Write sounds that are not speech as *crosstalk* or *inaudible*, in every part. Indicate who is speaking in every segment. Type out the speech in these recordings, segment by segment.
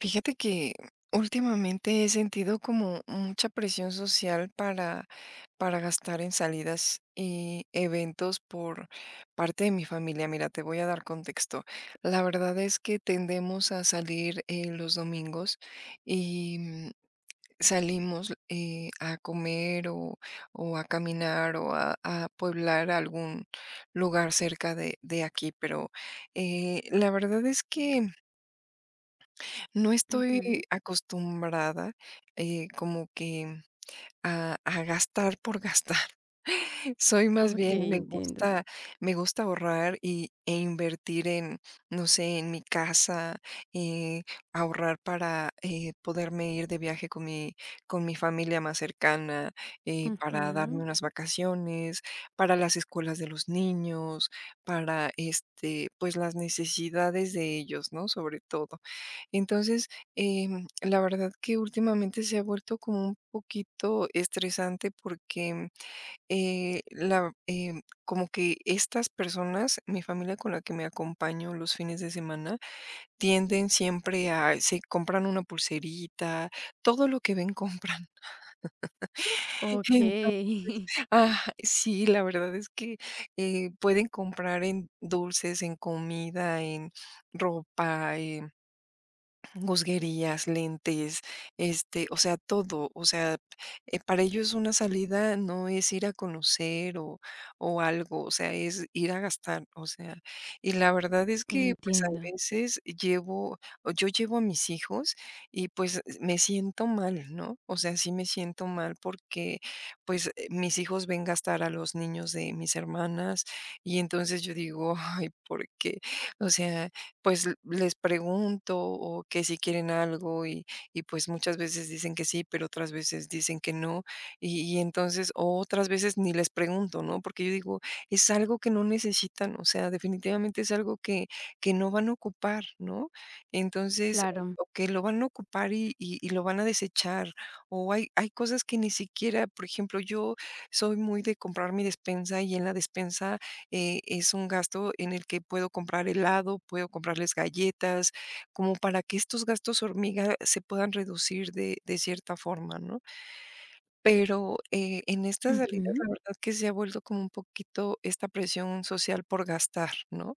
Speaker 1: Fíjate que últimamente he sentido como mucha presión social para gastar en salidas y eventos por parte de mi familia. Mira, te voy a dar contexto. La verdad es que tendemos a salir los domingos y salimos a comer, o a caminar o a pueblar algún lugar cerca de aquí, pero la verdad es que no estoy
Speaker 2: Ujú.
Speaker 1: acostumbrada, como que a gastar por gastar. Soy más
Speaker 2: Ok,
Speaker 1: bien, me
Speaker 2: entiendo.
Speaker 1: gusta me gusta ahorrar e invertir en, no sé, en mi casa, eh, ahorrar para poderme ir de viaje con mi familia más cercana, para darme
Speaker 2: Ujú.
Speaker 1: unas vacaciones, para las escuelas de los niños, para, este, pues, las necesidades de ellos, ¿no?, sobre todo. Entonces, la verdad que últimamente se ha vuelto como un poquito estresante porque como que estas personas, mi familia con la que me acompaño los fines de semana, tienden siempre a se compran una pulserita, todo lo que ven compran. *laughs*
Speaker 2: Ok,
Speaker 1: Ento
Speaker 2: *laughs*
Speaker 1: sí, la verdad es que pueden comprar en dulces, en comida, en ropa, musguerías, lentes, este, o sea, todo, o sea, para ellos una salida no es ir a conocer o algo, o sea, es ir a gastar, o sea, y la verdad es que, pues, a
Speaker 2: entiendo.
Speaker 1: veces llevo o yo llevo a mis hijos y, pues, me siento mal, ¿no? O sea, sí me siento mal porque, pues, mis hijos ven gastar a los niños de mis hermanas y entonces yo digo: *laughs* "Ay, ¿por qué?". O sea, pues les pregunto o que si quieren algo y pues muchas veces dicen que sí, pero otras veces dicen que no. Y entonces, o otras veces ni les pregunto, ¿no? Porque yo digo, es algo que no necesitan, o sea, definitivamente es algo que no van a ocupar, ¿no? Entonces, o
Speaker 2: Claro.
Speaker 1: o que lo van a ocupar y lo van a desechar. O hay cosas que ni siquiera, por ejemplo, yo soy muy de comprar mi despensa y en la despensa es un gasto en el que puedo comprar helado, puedo comprarles galletas, como para que estos gastos hormiga se puedan reducir de cierta forma, ¿no? Pero en estas salidas, la
Speaker 2: Ujú.
Speaker 1: verdad que se ha vuelto como un poquito esta presión social por gastar, ¿no?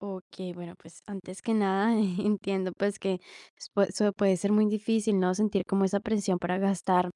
Speaker 2: Ok, bueno, pues antes que nada, *laughs* entiendo pues que eso puede ser muy difícil, ¿no? Sentir como esa presión para gastar.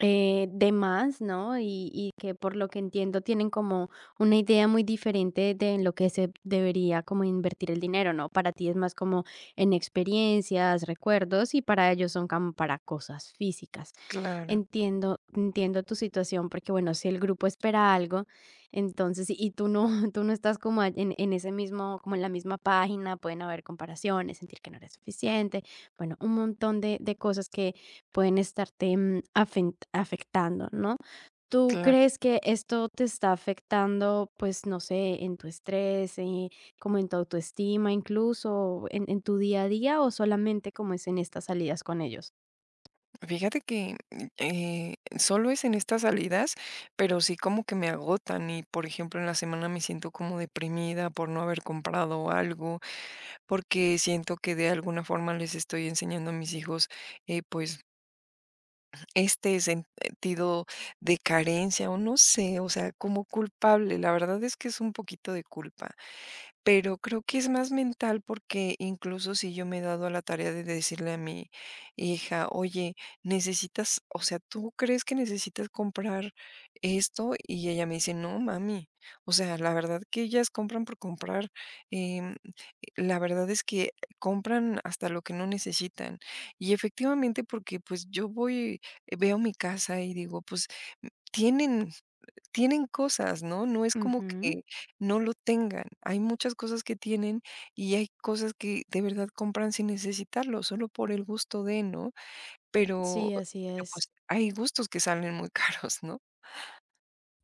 Speaker 2: De más, ¿no? Y que por lo que entiendo tienen como una idea muy diferente de en lo que se debería como invertir el dinero, ¿no? Para ti es más como en experiencias, recuerdos, y para ellos son como para cosas físicas.
Speaker 1: Claro,
Speaker 2: Entiendo, entiendo tu situación porque, bueno, si el grupo espera algo, entonces y tú no, *laughs* tú no estás como en ese mismo, como en la misma página, pueden haber comparaciones, sentir que no eres suficiente, bueno, un montón de cosas que pueden estarte, afen afectando, ¿no? ¿Tú
Speaker 1: claro.
Speaker 2: crees que esto te está afectando, pues, no sé, en tu estrés, como en tu autoestima, incluso en tu día a día, o solamente como es en estas salidas con ellos?
Speaker 1: Fíjate que solo es en estas salidas, pero sí como que me agotan y por ejemplo en la semana me siento como deprimida por no haber comprado algo, porque siento que de alguna forma les estoy enseñando a mis hijos, pues, este sentido de carencia, o no sé, o sea, como culpable. La verdad es que es un poquito de culpa, pero creo que es más mental, porque incluso si yo me he dado a la tarea de decirle a mi hija, oye, necesitas, o sea, ¿tú crees que necesitas comprar esto? Y ella me dice, no, mami. O sea, la verdad que ellas compran por comprar. em, la verdad es que compran hasta lo que no necesitan. Y efectivamente, porque pues yo voy, veo mi casa y digo, pues tienen, tienen cosas, ¿no? No es como
Speaker 2: Ujú.
Speaker 1: que no lo tengan. Hay muchas cosas que tienen y hay cosas que de verdad compran sin necesitarlo, solo por el gusto de, ¿no? Pero,
Speaker 2: Sí, así
Speaker 1: pero
Speaker 2: es.
Speaker 1: pues hay gustos que salen muy *laughs* caros, ¿no?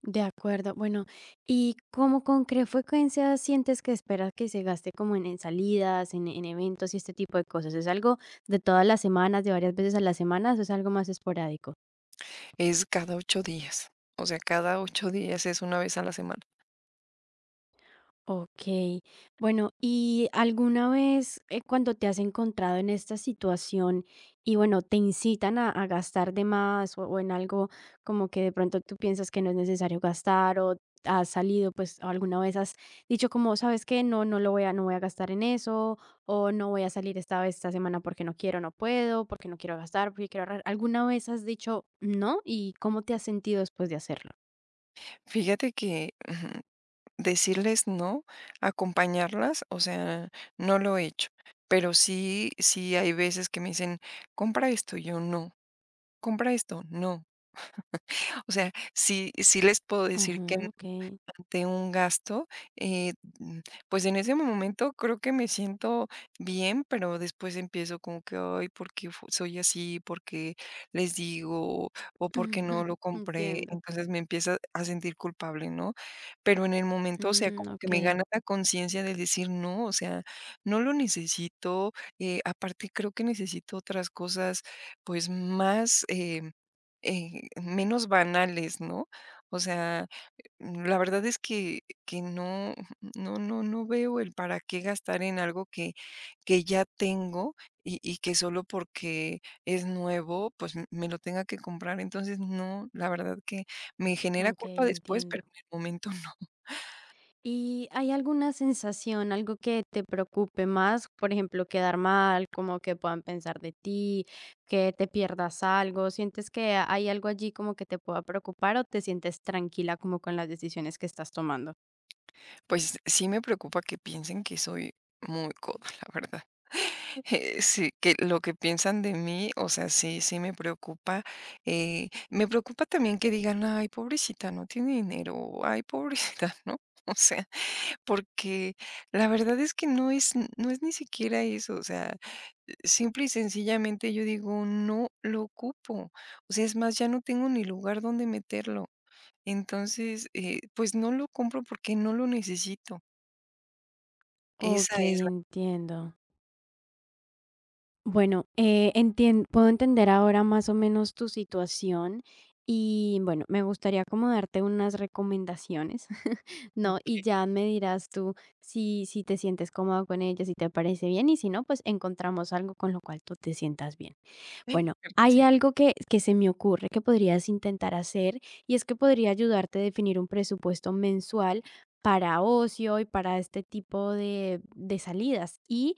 Speaker 2: De acuerdo. Bueno, ¿y cómo con qué frecuencia sientes que esperas que se gaste como en salidas, en eventos y este tipo de cosas? ¿Es algo de todas las semanas, de varias veces a las semanas, o es algo más esporádico?
Speaker 1: Es cada 8 días. O sea, cada 8 días es una vez a la semana.
Speaker 2: Okey. Bueno, ¿y alguna vez, cuando te has encontrado en esta situación y, bueno, te incitan a gastar de más o en algo como que de pronto tú piensas que no es necesario gastar, o has salido, pues, alguna vez has dicho como: "¿Sabes que No, no lo voy a no voy a gastar en eso", o "No voy a salir esta vez esta semana porque no quiero, no puedo, porque no quiero gastar, porque quiero ahorrar". ¿Alguna vez has dicho no? ¿Y cómo te has sentido después de hacerlo?
Speaker 1: Fíjate que *laughs* decirles no, acompañarlas, o sea, no lo he hecho, pero sí hay veces que me dicen: "Compra esto", y yo: "No". "Compra esto", "No". O sea, sí les puedo decir
Speaker 2: Ajá,
Speaker 1: que
Speaker 2: okey.
Speaker 1: ante un gasto, eh, mm, pues en ese momento creo que me siento bien, pero después empiezo como que, ay, ¿por qué soy así? ¿Por qué les digo? ¿O por qué no lo
Speaker 2: *laughs*
Speaker 1: compré?
Speaker 2: Entiendo.
Speaker 1: Entonces me empieza a sentir culpable, ¿no? Pero en el momento, o sea,
Speaker 2: Mm,
Speaker 1: como que me
Speaker 2: ok,
Speaker 1: gana la conciencia de decir, no, o sea, no lo necesito. Aparte, creo que necesito otras cosas, pues más. Menos banales, ¿no? O sea, la verdad es que no no veo el para qué gastar en algo que ya tengo y que solo porque es nuevo, pues, me lo tenga que comprar. Entonces, no, la verdad que me genera
Speaker 2: ok,
Speaker 1: culpa después,
Speaker 2: entiendo.
Speaker 1: pero en el momento *laughs* no.
Speaker 2: ¿Y hay alguna sensación, algo que te preocupe más? Por ejemplo, quedar mal, como que puedan pensar de ti, que te pierdas algo. ¿Sientes que hay algo allí como que te pueda preocupar, o te sientes tranquila como con las decisiones que estás tomando?
Speaker 1: Pues sí me preocupa que piensen que soy muy coda, la verdad. *laughs* Sí, que lo que piensan de mí, o sea, sí, sí me preocupa. Me preocupa también que digan, ay, pobrecita, no tiene dinero, o, ay, pobrecita, *laughs* ¿no? O sea, porque la verdad es que no es, no es ni siquiera eso, o sea, simple y sencillamente yo digo, no lo ocupo, o sea, es más, ya no tengo ni lugar donde meterlo. Entonces, pues no lo compro porque no lo necesito.
Speaker 2: Ok,
Speaker 1: Esa es la
Speaker 2: entiendo. Bueno, entien puedo entender ahora más o menos tu situación y, bueno, me gustaría como darte unas recomendaciones, *laughs* ¿no? Y
Speaker 1: que
Speaker 2: ya me dirás tú si te sientes cómodo con ellas, si te parece bien, y si no, pues encontramos algo con lo cual tú te sientas bien.
Speaker 1: *laughs*
Speaker 2: Bueno, hay
Speaker 1: gracias.
Speaker 2: algo que se me ocurre que podrías intentar hacer, y es que podría ayudarte a definir un presupuesto mensual para ocio y para este tipo de salidas, y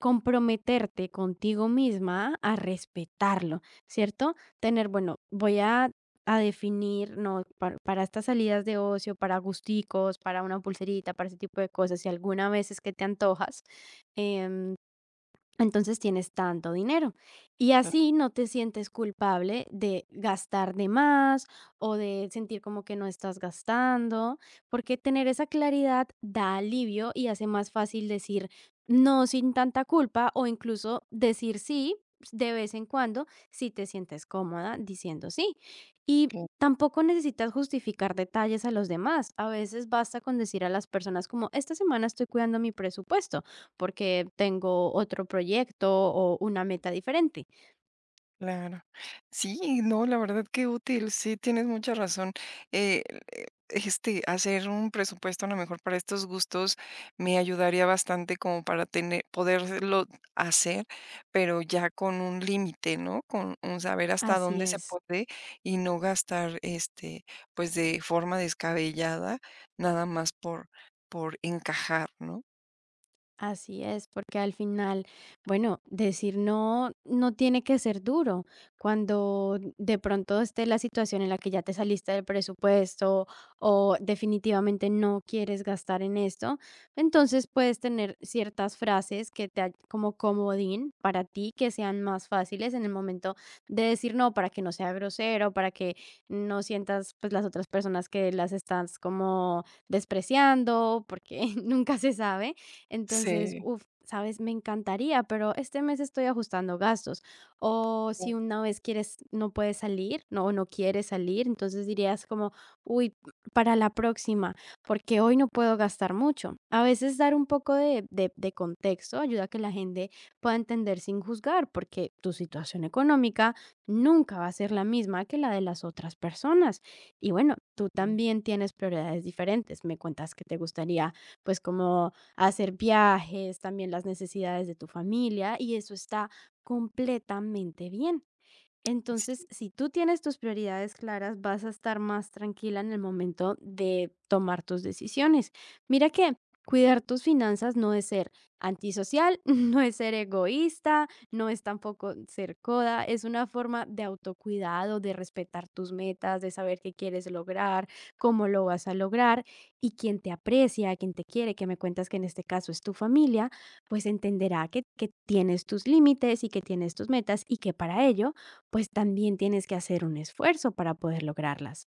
Speaker 2: comprometerte contigo misma a respetarlo, ¿cierto? Tener, bueno, voy a definir, no, para estas salidas de ocio, para gusticos, para una pulserita, para ese tipo de cosas, si alguna vez es que te antojas, em, entonces tienes tanto dinero y así no te sientes culpable de gastar de más o de sentir como que no estás gastando, porque tener esa claridad da alivio y hace más fácil decir no sin tanta culpa, o incluso decir sí de vez en cuando si te sientes cómoda diciendo sí. Y
Speaker 1: Okey,
Speaker 2: tampoco necesitas justificar detalles a los demás. A veces basta con decir a las personas como: esta semana estoy cuidando mi presupuesto porque tengo otro proyecto o una meta diferente.
Speaker 1: claro. Sí, no, la verdad que útil, sí, tienes mucha razón. Eh, este, hacer un presupuesto a lo mejor para estos gustos me ayudaría bastante como para tener poderlo hacer, pero ya con un límite, ¿no? Con un saber hasta
Speaker 2: Así
Speaker 1: dónde se
Speaker 2: es.
Speaker 1: puede y no gastar, este, pues, de forma descabellada, nada más por encajar, ¿no?
Speaker 2: Así es, porque al final, bueno, decir no no tiene que ser duro. Cuando de pronto esté la situación en la que ya te saliste del presupuesto o definitivamente no quieres gastar en esto, entonces puedes tener ciertas frases que te como comodín para ti que sean más fáciles en el momento de decir no, para que no sea grosero, para que no sientas pues las otras personas que las estás como despreciando, porque *laughs* nunca se sabe. Entonces,
Speaker 1: Sí,
Speaker 2: uf, sabes, me encantaría, pero este mes estoy ajustando gastos. O si
Speaker 1: claro.
Speaker 2: una vez quieres, no puedes salir, no, o no quieres salir, entonces dirías como, uy, para la próxima, porque hoy no puedo gastar mucho. A veces dar un poco de contexto ayuda a que la gente pueda entender sin juzgar, porque tu situación económica nunca va a ser la misma que la de las otras personas. Y bueno, tú
Speaker 1: Mm,
Speaker 2: también tienes prioridades diferentes. Me cuentas que te gustaría, pues, como hacer viajes, también las necesidades de tu familia, y eso está completamente bien. Entonces,
Speaker 1: sí.
Speaker 2: si tú tienes tus prioridades claras, vas a estar más tranquila en el momento de tomar tus decisiones. Mira que cuidar tus finanzas no es ser antisocial, *laughs* no es ser egoísta, no es tampoco ser coda, es una forma de autocuidado, de respetar tus metas, de saber qué quieres lograr, cómo lo vas a lograr, y quien te aprecia, quien te quiere, que me cuentas que en este caso es tu familia, pues entenderá que tienes tus límites y que tienes tus metas, y que para ello pues también tienes que hacer un esfuerzo para poder lograrlas.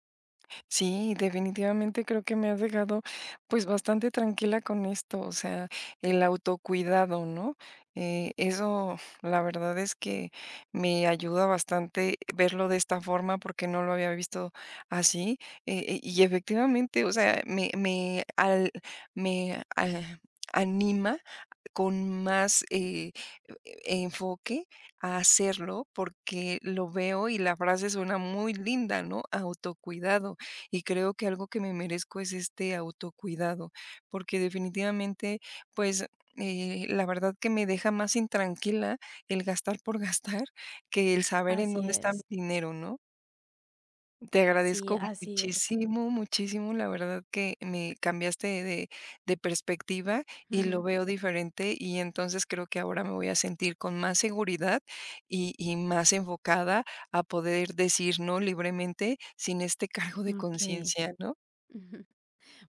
Speaker 1: Sí, definitivamente creo que me has dejado pues bastante tranquila con esto, o sea, el autocuidado, ¿no? Eso la verdad es que me ayuda bastante verlo de esta forma, porque no lo había visto así. Y efectivamente, o sea, me al- anima con más, enfoque a hacerlo, porque lo veo y la frase suena muy linda, ¿no? Autocuidado. Y creo que algo que me merezco es este autocuidado, porque definitivamente, pues, la verdad que me deja más intranquila el gastar por gastar que el saber en
Speaker 2: Así
Speaker 1: dónde está mi
Speaker 2: es.
Speaker 1: dinero, ¿no? Te
Speaker 2: Sí,
Speaker 1: agradezco
Speaker 2: así es.
Speaker 1: muchísimo, muchísimo, la verdad que me cambiaste de perspectiva
Speaker 2: *laughs*
Speaker 1: y lo
Speaker 2: Ujú.
Speaker 1: veo diferente y entonces creo que ahora me voy a sentir con más seguridad y más enfocada a poder decir no libremente sin este cargo de
Speaker 2: Ok.
Speaker 1: conciencia, ¿no?
Speaker 2: Ujú.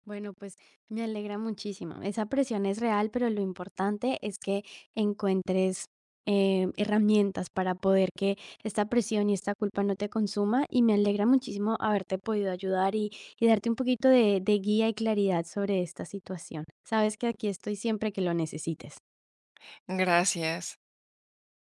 Speaker 2: Bueno, pues me alegra muchísimo. Esa presión es real, pero lo importante es que encuentres herramientas para poder que esta presión y esta culpa no te consuma. Y me alegra muchísimo haberte podido ayudar, y darte un poquito de guía y claridad sobre esta situación. Sabes que aquí estoy siempre que lo necesites.
Speaker 1: Gracias.